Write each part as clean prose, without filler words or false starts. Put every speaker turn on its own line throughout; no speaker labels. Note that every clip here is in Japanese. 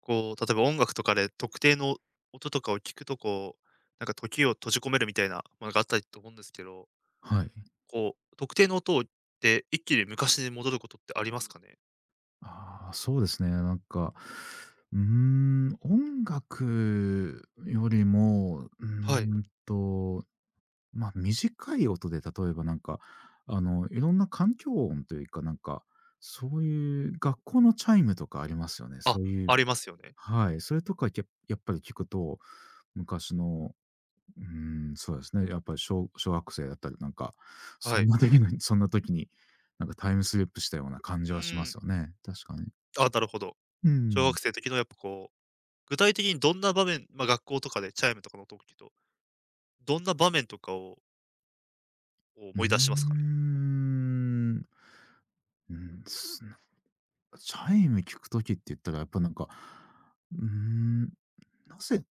こう、例えば音楽とかで特定の音とかを聞くと、こう、なんか時を閉じ込めるみたいなものがあったりと思うんですけど、
はい。
こう、特定の音で、一気に昔に戻ることってありますかね？
ああ、そうですね。なんか、音楽よりも、
はい。
まあ、短い音で例えばなんか、あの、いろんな環境音というか、なんか、そういう学校のチャイムとかありますよね。
あ、
そういう
ありますよね。
はい、それとかやっぱり聞くと、昔の、そうですね、やっぱり小学生だったりなんか、
はい。
そんな時に、なんかタイムスリップしたような感じ
う
はしま
ん。
すよね。確かに。
あ、なるほど。
う
小
ん。
学生の時のやっぱこう、具体的にどんな場面、ま、学校とかでチャイムとかの音を聞くと、どんな場面とかをこう
う
思い出しますかね？
ーん。うん、なんかチャイム聞くときって言ったらやっぱなんか、うーん、なぜ、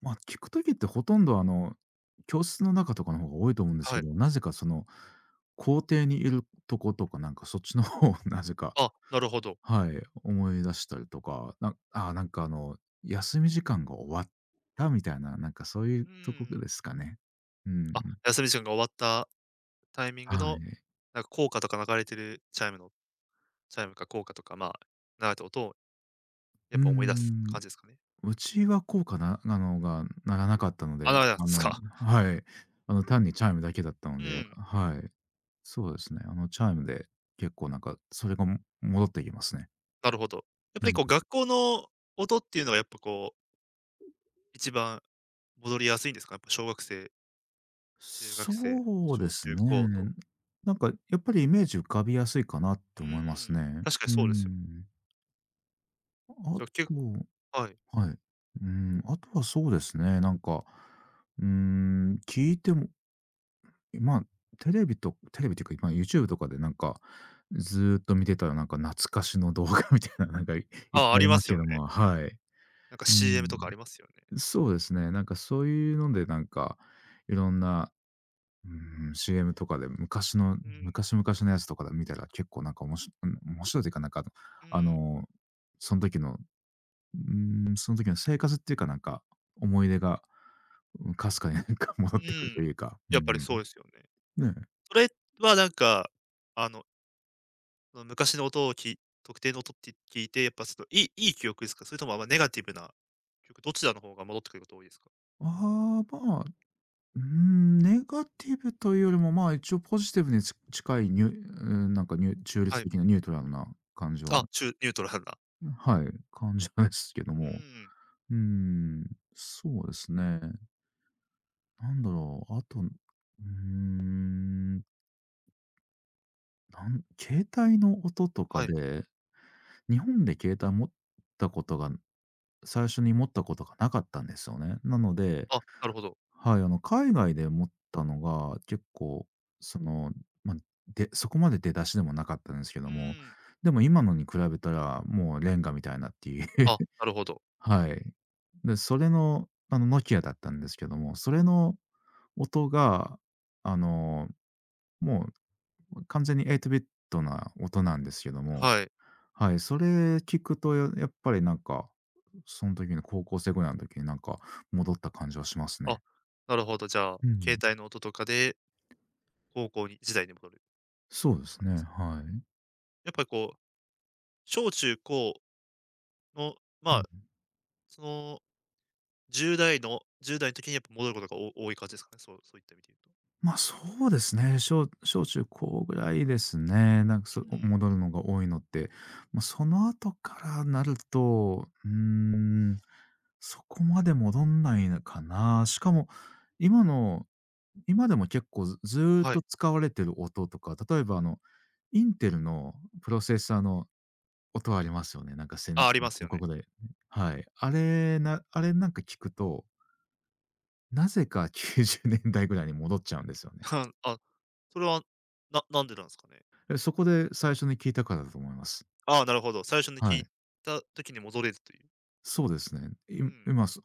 まあ聞くときってほとんどあの、教室の中とかの方が多いと思うんです
は
け
い。
ど、なぜかその、校庭にいるとことかなんかそっちの方を なぜか、
あ、なるほど。
はい、思い出したりとか、なんかあの、休み時間が終わったみたいな、なんかそういう
う
とこ
ん。
ですかね。うんう
あ、
ん。
休み時間が終わったタイミング
は
の、
い。
なんか効果とか流れてるチャイムのチャイムか効果とか、まあ、流れた音をや
うー
っぱ思い出す
ん。
感じですかね。
うちは効果なあのが鳴らなかったの
あ、流
で、
れたんですか。
はい。単にチャイムだけだった
う
ので、
ん、
はい。そうですね。チャイムで結構なんか、それがも戻ってきますね。
なるほど。やっ
う
ぱり
ん。
こう学校の音っていうのがやっぱこう、一番戻りやすいんですか？やっぱ小学生、中学生、
そうで
小
す
中高と。
ね。なんかやっぱりイメージ浮かびやすいかなって
うんう
思います
ん。
ね。う
確かに
ー
そうですよ。
ん。あ
じゃあ結
と
構、はい。
はい。あとはそうですね、なんか、聞いてもまあ、テレビっていうか、まあ、YouTube とかでなんか、ずーっと見てたらなんか懐かしの動画 みたいな、なんかいっぱい
ああ、あ
あ
り
り
ま
ます
す
け
よね。
ども、はい。
なんか
う
CM
ん。
とかありますよね。
そうですね、なんかそういうのでなんか、いろんな、うんシー CM とかで
うん、
昔々のやつとかで見たら結構なんか面白いというか、なんか
う
あ
ん、
の、その時の、うその時の生活っていうか、なんか思い出が、うん、かすかになんか 戻
う
ってくる
ん。
というか、う
やっぱ
んう
り
ん。
そうですよね。
ねえ。
それはなんか、あの、その昔の音を特定の音って聞いて、やっぱその、いい記憶ですか？それともま、あんまネガティブな記憶、どちらの方が戻ってくること多いですか？
ああ、まあネガティブというよりも、まあ、一応ポジティブに近いニュうーん、なんか中
は
立
い。
的なニュートラルな感じは
あ、ニュートラルな。
はい、感じなんですけど
うー
も。
ん、
うーん、そうですね。なんだろう、あと、ん、携帯の音とか
はい。
で、日本で携帯持ったことが最初に持ったことがなかったんですよね。なので、
あ、なるほど。
はい、海外で思ったのが、結構、その、まあ、でそこまで出だしでもなかったんですけ
う
ども、
ーん。
でも今のに比べたら、もうレンガみたいなっていう。
あ、なるほど。
はい。で、それの、ノキアだったんですけども、それの音が、あの、もう完全に8ビットな音なんですけども、
はい。
はい、それ聞くと、やっぱりなんか、その時の高校生ぐらいの時になんか戻った感じはします
あ、
ね。
なるほど、じゃあ、
う
携
ん。
帯の音とかで高校に時代に戻る
そうです
感じで
ね、
すかね。
はい。
やっぱりこう、小中高の、
う
ま
ん、
あ、その10代の1代の時にやっぱ戻ることが多い感じですかね？そういった意味で言うと。
ま、そうですね。小中高ぐらいですね。なんか
うん、
戻るのが多いのって。まあ、その後からなると、そこまで戻んないのかな。しかも、今の今でも結構ずーっ
はい。
と使われてる音とか、例えばインテルのプロセッサーの音ありますよね。なんか
あ、ありますよ
広
ね。
告で。はい。あれなんか聞くと、なぜか 90年代ぐらいに戻っちゃうんですよね。
あ、それは、なんでなんですかね？
え、そこで最初に聞いたからだと思います。
ああ、なるほど。最初に聞
は
い
い。
た時に戻れるという。
そうですね。
うん。
今、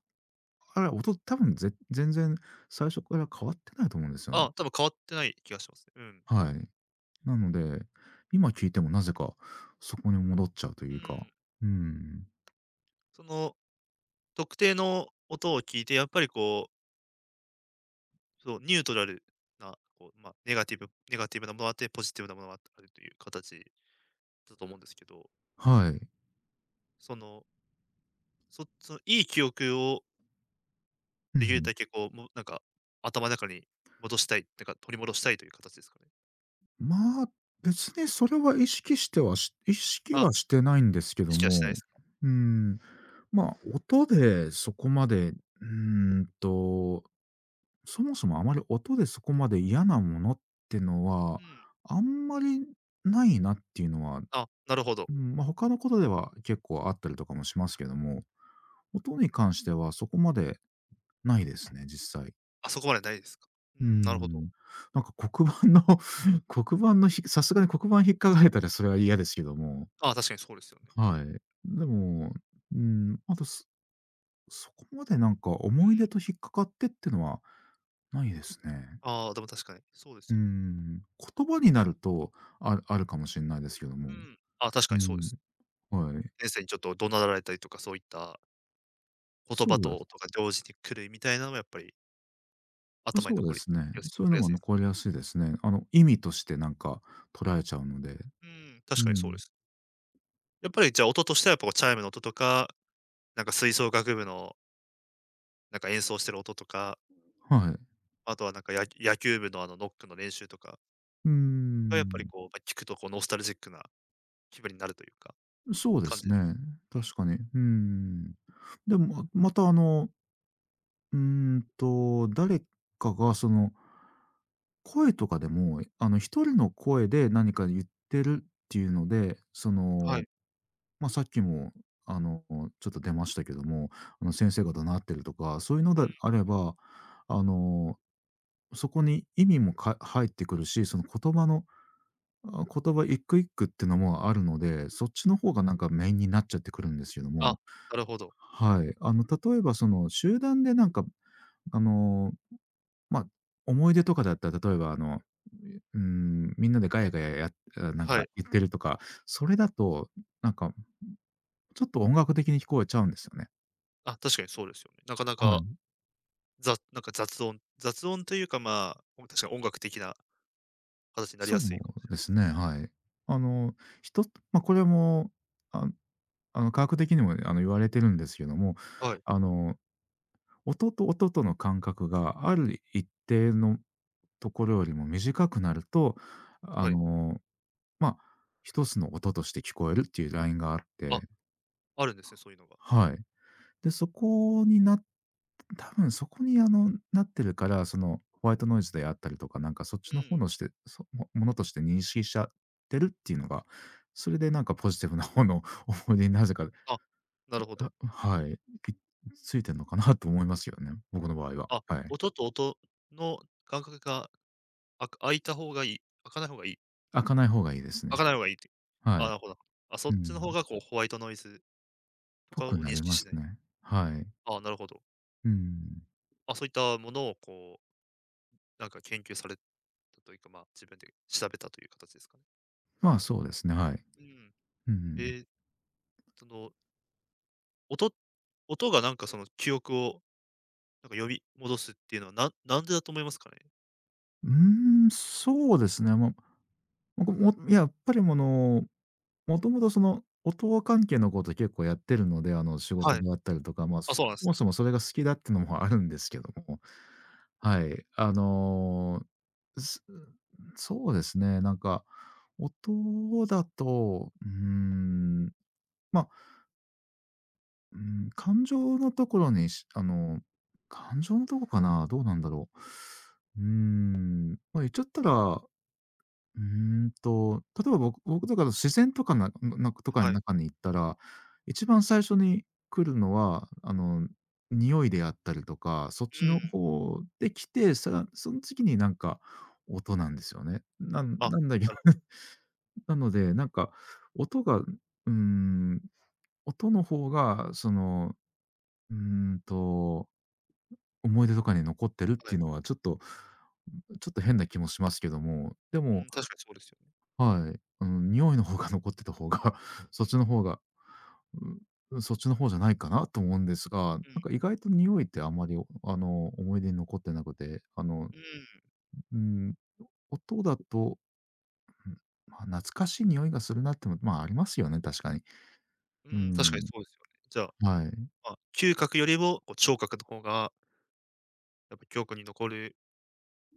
あれ、音多分全然最初から変わってないと思うんですよね。
あ、多分変わってない気がしますね。うん。
はい。なので、今聞いてもなぜかそこに戻っちゃうと
う
いうか。
ん。
うん。
その、特定の音を聞いて、やっぱりこう、そう、ニュートラルな、こう、まあ、ネガティブなものがあって、ポジティブなものがあるという形だと思うんですけど、
はい。
その、その、いい記憶を
う
できる
ん。
だけこう、もうなんか、頭の中に戻したい、なんか取り戻したいという形ですかね？
まあ、別にそれは意識
あ、
はしてないんですけ
意
ど
識はしないで
も、
すか？
うん、まあ、音でそこまで、ーんとそもそもあまり音でそこまで嫌なものっての
う
は、
ん。
あんまりないなっていうのは、
あ、なるほど。
うん、まあ、他のことでは結構あったりとかもしますけども、音に関してはそこまでないですね、実際。
あ、そこまでないですか。う
う
ん、なるほど。
ん。なんか黒板の 黒板のひさすがに黒板引っかかれたらそれは嫌ですけども、
ああ、確かにそうですよね。
はい。でも、うん、あと、そこまでなんか
うん、
思い出と引っかかってってのはないですね。
ああ、でも確かに、そうです
うー
よね。
ん、言葉になると、あるかもしんないですけど
う
も。
ん。ああ、確か
う
にそうで
ん、
す。
はい。
先生にちょっと怒鳴られたりとか、そういった言
そ
葉
うで
と
す。
音が同時に来るみたいなのもやっぱり
ま、
頭に
そう
残
で
り
すね。
やすい
そうい
残
う
り
の
やす
も
いです。
残りやすいですね。意味としてなんか捉えちゃうので。
うん、
う
確かにそうで
ん。
す。やっぱりじゃあ音としてはやっぱこうチャイムの音とか、なんか吹奏楽部のなんか演奏してる音とか、
はい。
あとはなんか野球部のあのノックの練習とか
うー
がやっぱり
ん。
こう、ま、聞くとこうノスタルジックな気分になるというか、
そうで
感
す
じで
ね、
す。うん、
確かに。うーん。でも、また誰かがその声とかでも、一人の声で何か言ってるっていうので、そ
は
の
い。
まあ、さっきも、あの、ちょっと出ましたけども、先生が怒鳴ってるとか、そういうの
う
で
ん。
あれば、あの、そこに意味も入ってくるし、その言葉の、言葉一句一句ってのもあるので、そっちの方がなんかメインになっちゃってくるんですけども、
あ、なるほど。
はい。例えばその集団でなんか、あの、ま、思い出とかだったら、例えばみんなでガヤガヤなん
は
か
い。
言ってるとか、それだと、なんかちょっと音楽的に聞こえちゃうんですよね。
あ、確かにそうですよね。なかな
はい。
か、なんか雑音というか、まあ、確かに音楽的な形になり
そ
やすいかもしれ
う
ない
で
で
す
す。
ね、はい。あの、一つ、まあ、これも、あ科学的にも言われてるんですけども、
はい、
あの、音と音との間隔がある一定のところよりも短くなると、あ
はい。
の、まあ、一つの音として聞こえるっていうラインがあっ
あ、
て、
あるんですね、そういうのが。
はい。で、そこになっ多分そこになってるから、そのホワイトノイズであったりとか、なんかそっ
う
ちの方
ん。
のして、ものとして認識しちゃってるっていうのが、それでなんかポジティブな方の 思い出になぜか、
あ、なるほど。
はい、ついてんのかなと思いますよね、僕の場合は。
あ、
はい。
音と音の間隔が、あ、開かない方がいい
開か
感
ない
じです、
方がいいです
開か
ね。
ない方がいいって、
は
あ、
い。
なるほど。あ、そ
う
っちの方
ん。
がこうホワイトノイズと
ぽ
か
く
を
な
認
り
識
ま
し
す
ない。
ね。はい。
あ、なるほど。
うん。
あ、そういったものをこう、なんか研究されたというか、まあ、自分で調べたという形ですかね。
まあ、そうですね、はい。
うん。
うん。
ええ、その音音がなんかその記憶をなんか呼び戻すっていうのは、なんでだと思いますかね？
そうですね、もう、僕もやっぱりもともとその、音関係のこと結構やってるので、仕
は
事
い。
であったりとか、まあ、
あ、そうなんで
そ
す
も
ね。
そもそれが好きだってのもあるんですけども、はい。すそうですね、なんか、音だと、まあ、うー感情のところに、しあの、感情のとこかな、どうなんだろう。まあ、言っちゃったらうー例えば僕とかだと自然とかなとか
は
の
い。
中に行ったら、一番最初に来るのは、匂いであったりとか、そっ
う
ちの
ん。
方で来て、その次になんか音なんですよね。
あ、
なんだけ
な
ど
るほ
なので、なんか音が、ーん、音の方がその、うーんと、思い出とかに残ってるっ
ど。は
て
い。
いうのはちょっと変な気もしますけども、で
う
も
ん、確かにそうですよね。
はい。うん、匂いの方が残ってた方が、
う
そっち
ん、
の方が、そっちの方じゃないかなと思うんですが、
う
な
ん、
んか意外と匂いってあんまり、思い出に残ってなくて、
う
うん、音だと、うん、まあ、懐かしい匂いがするなってもまあ、ありますよね、確かに。う
ん、うん、確かに
ん、
そうですよね。じゃあ、
はい。
まあ、嗅覚よりも、こう聴覚の方が、やっぱ記憶に残る、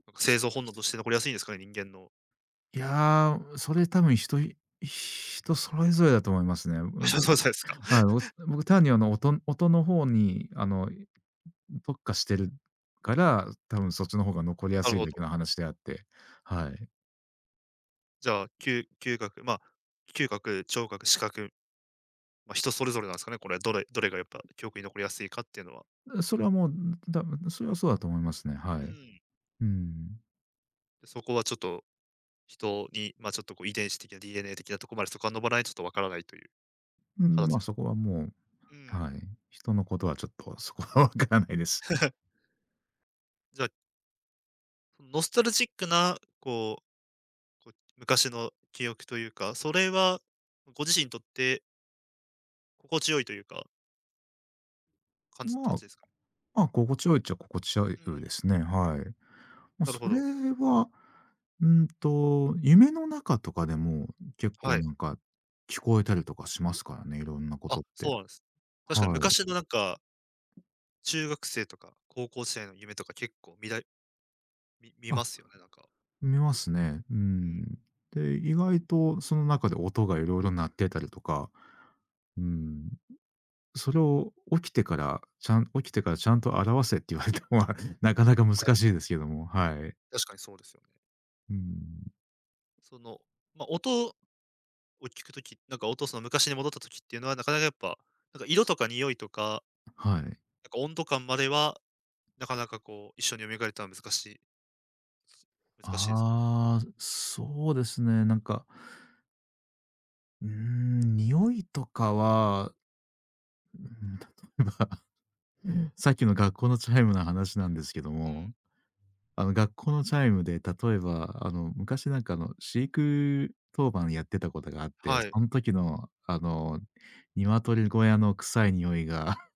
なんか生存本能
す
として残りやすいんですかね、人間の。
いやー、それ多分人それぞれだと思いますね。
あ、そう
僕
そうですか。
はい、僕単に音の方に特化してるから、多分そっちの方が残りや
なる
すい
ほ
だけ
ど。
の話であって、はい。
じゃあ、嗅覚、まあ、嗅覚、聴覚、視覚、まあ、人それぞれなんですかね、これ、どれがやっぱ記憶に残りやすいかっていうのは。
それはもう、だそれはそうだと思いますね、は
う
い。
ん。
うん。
で、そこはちょっと、人に、まあ、ちょっとこう遺伝子的な DNA 的なところまで遡らないとちょっとわからないという
うん、
形
まあ、
です。
そこはもう、
うん。
はい。人のことはちょっとそこはわからないです。
じゃあ、そのノスタルジックな、こう昔の記憶というか、それはご自身にとって心地よいというか、感じた
まあ、
ちですか？
まあ、心地よいっちゃ心地よい
うん、
ですね、はい。ま、
なる
そ
ほ
れ
ど。
は、夢の中とかでも結
は
構
い。
なんか聞こえたりとかしますからね、いろんなこと
あ、
っ
そ
て。
うなんです。確かに
はい。
昔のなんか、中学生とか高校生の夢とか結構見だ見見
あ
ますよね、なんか。
見ますね。う
うん、
ん。で、意外とその中で音がいろいろ鳴ってたりとか、うん、それを起きてから、ちゃん起きてからちゃんと表せって言われても、ま、なかなか難
はい、
しいですけども、はい。
確かにそうですよね。
うん、
その、まあ、音を聞くとき、なんか音、お父さんの昔に戻ったときっていうのは、なかなかやっぱ、なんか、色とか匂いとか、
はい。
なんか、温度感までは、なかなか、こう、一緒に蘇るとは難しいですか？
ああ、そうですね、なんか、うーん、匂いとかは、うん、例えば、さっきの学校のチャイムの話なんですけど
うん、
も、学校のチャイムで、例えば、昔なんか、飼育当番やってたことがあって、
はい。
そん時の、鶏小屋の臭い匂いが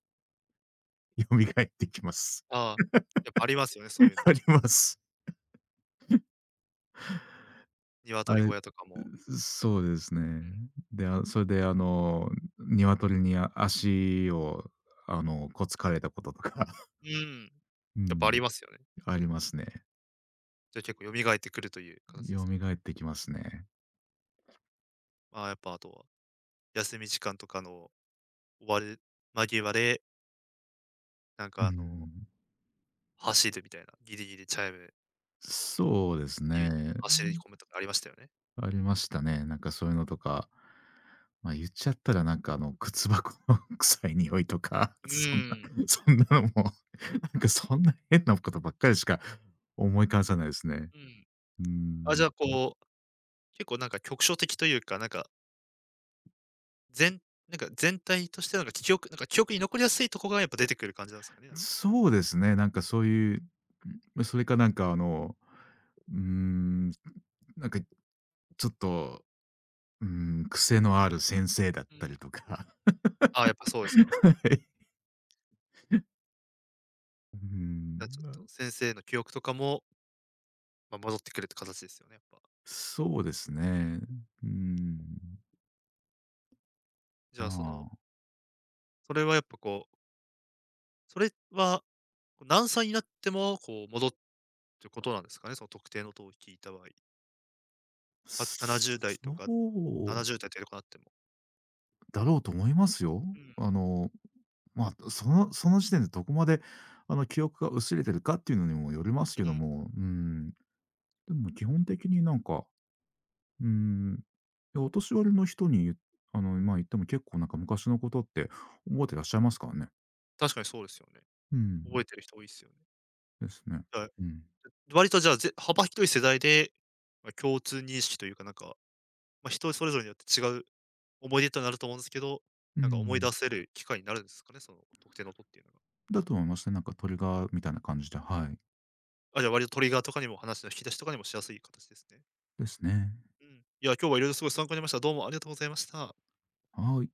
蘇ってきます。
ああ、やっぱありますよね、そういう の。
あります。
その、
あ
鶏
れ、
小屋とかも、
そうですね。
うん、
で、あ、それで、鶏に足を、こつかれたこととか、
うん、
う
やっぱあ
ん、
りますよね。
ありますね。
じゃ、結構蘇ってくるという形ですかね。
蘇ってきますね。
まあ、やっぱ、あとは、休み時間とかの終わる間際で、なん
う
か、
う
あの、
ん。
走るみたいな、ギリギリチャイム
そうです
に
ね。
走り込むとかありましたよね。
ありましたね。なんかそういうのとか、まあ、言っちゃったらなんかあの靴箱の 臭い匂いとか、
うん、
そんなのも、なんかそんな変なことばっかりしか思い返さないですね。
うん。
う
あ、じ
ん。
ゃあ、こう、結構なんか局所的というか、なんか、全なんか全体としてなんか記憶に残りやすいとこがやっぱ出てくる感じなんですかね、なんか。
そうですね、なんかそういう、ん、それかなんかあの、うーん、なんかちょっと、うーん、癖のある先生だっ
う
た
ん。
りとか。
ああ、やっぱそう ですか。
はい。うーん、
じゃあちょっ
ま
と先生の記憶とかも、まあ、戻ってくるって形ですよね、やっぱ。
そうです
うん。
ね。うーん、
じ
ま
ゃあその、
あ。
それはやっぱこう、それはこう何歳になっても、こう戻ってることなんですかね？その特定の音を聞いた場合。70代と
そ
か
う
70代とかなっても。
だろうと思いますよ。
うん、
あの、まあ、その時点でどこまで、記憶が薄れてるかっていうのにもよりますけ
う
ど
ん。
も、うん、でも基本的になんか、うん、いや、お年寄りの人にまあ、言っても結構なんか昔のことって覚えてらっしゃいますからね。
確かにそうですよね。
うん、
覚えてる人多いっすよね。
ですね。
はい。
うん。
割とじゃあ、幅広い世代で、まあ、共通認識というか、なんか、まあ、人それぞれによって違う思い出となると思うんですけど、
う
なんか思い
ん。
出せる機会になるんですかね？その特定の音っていうのが。
だと思いますね。なんかトリ
う
ガ
ん。
ーみたいな感じで、はい。
あ、じゃあ割とトリガーとかにも話の引き出しとかにもしやすい形ですね。
ですね。
うん。いや、今日は色々すごい参考になりました。どうもありがとうございました。
はい。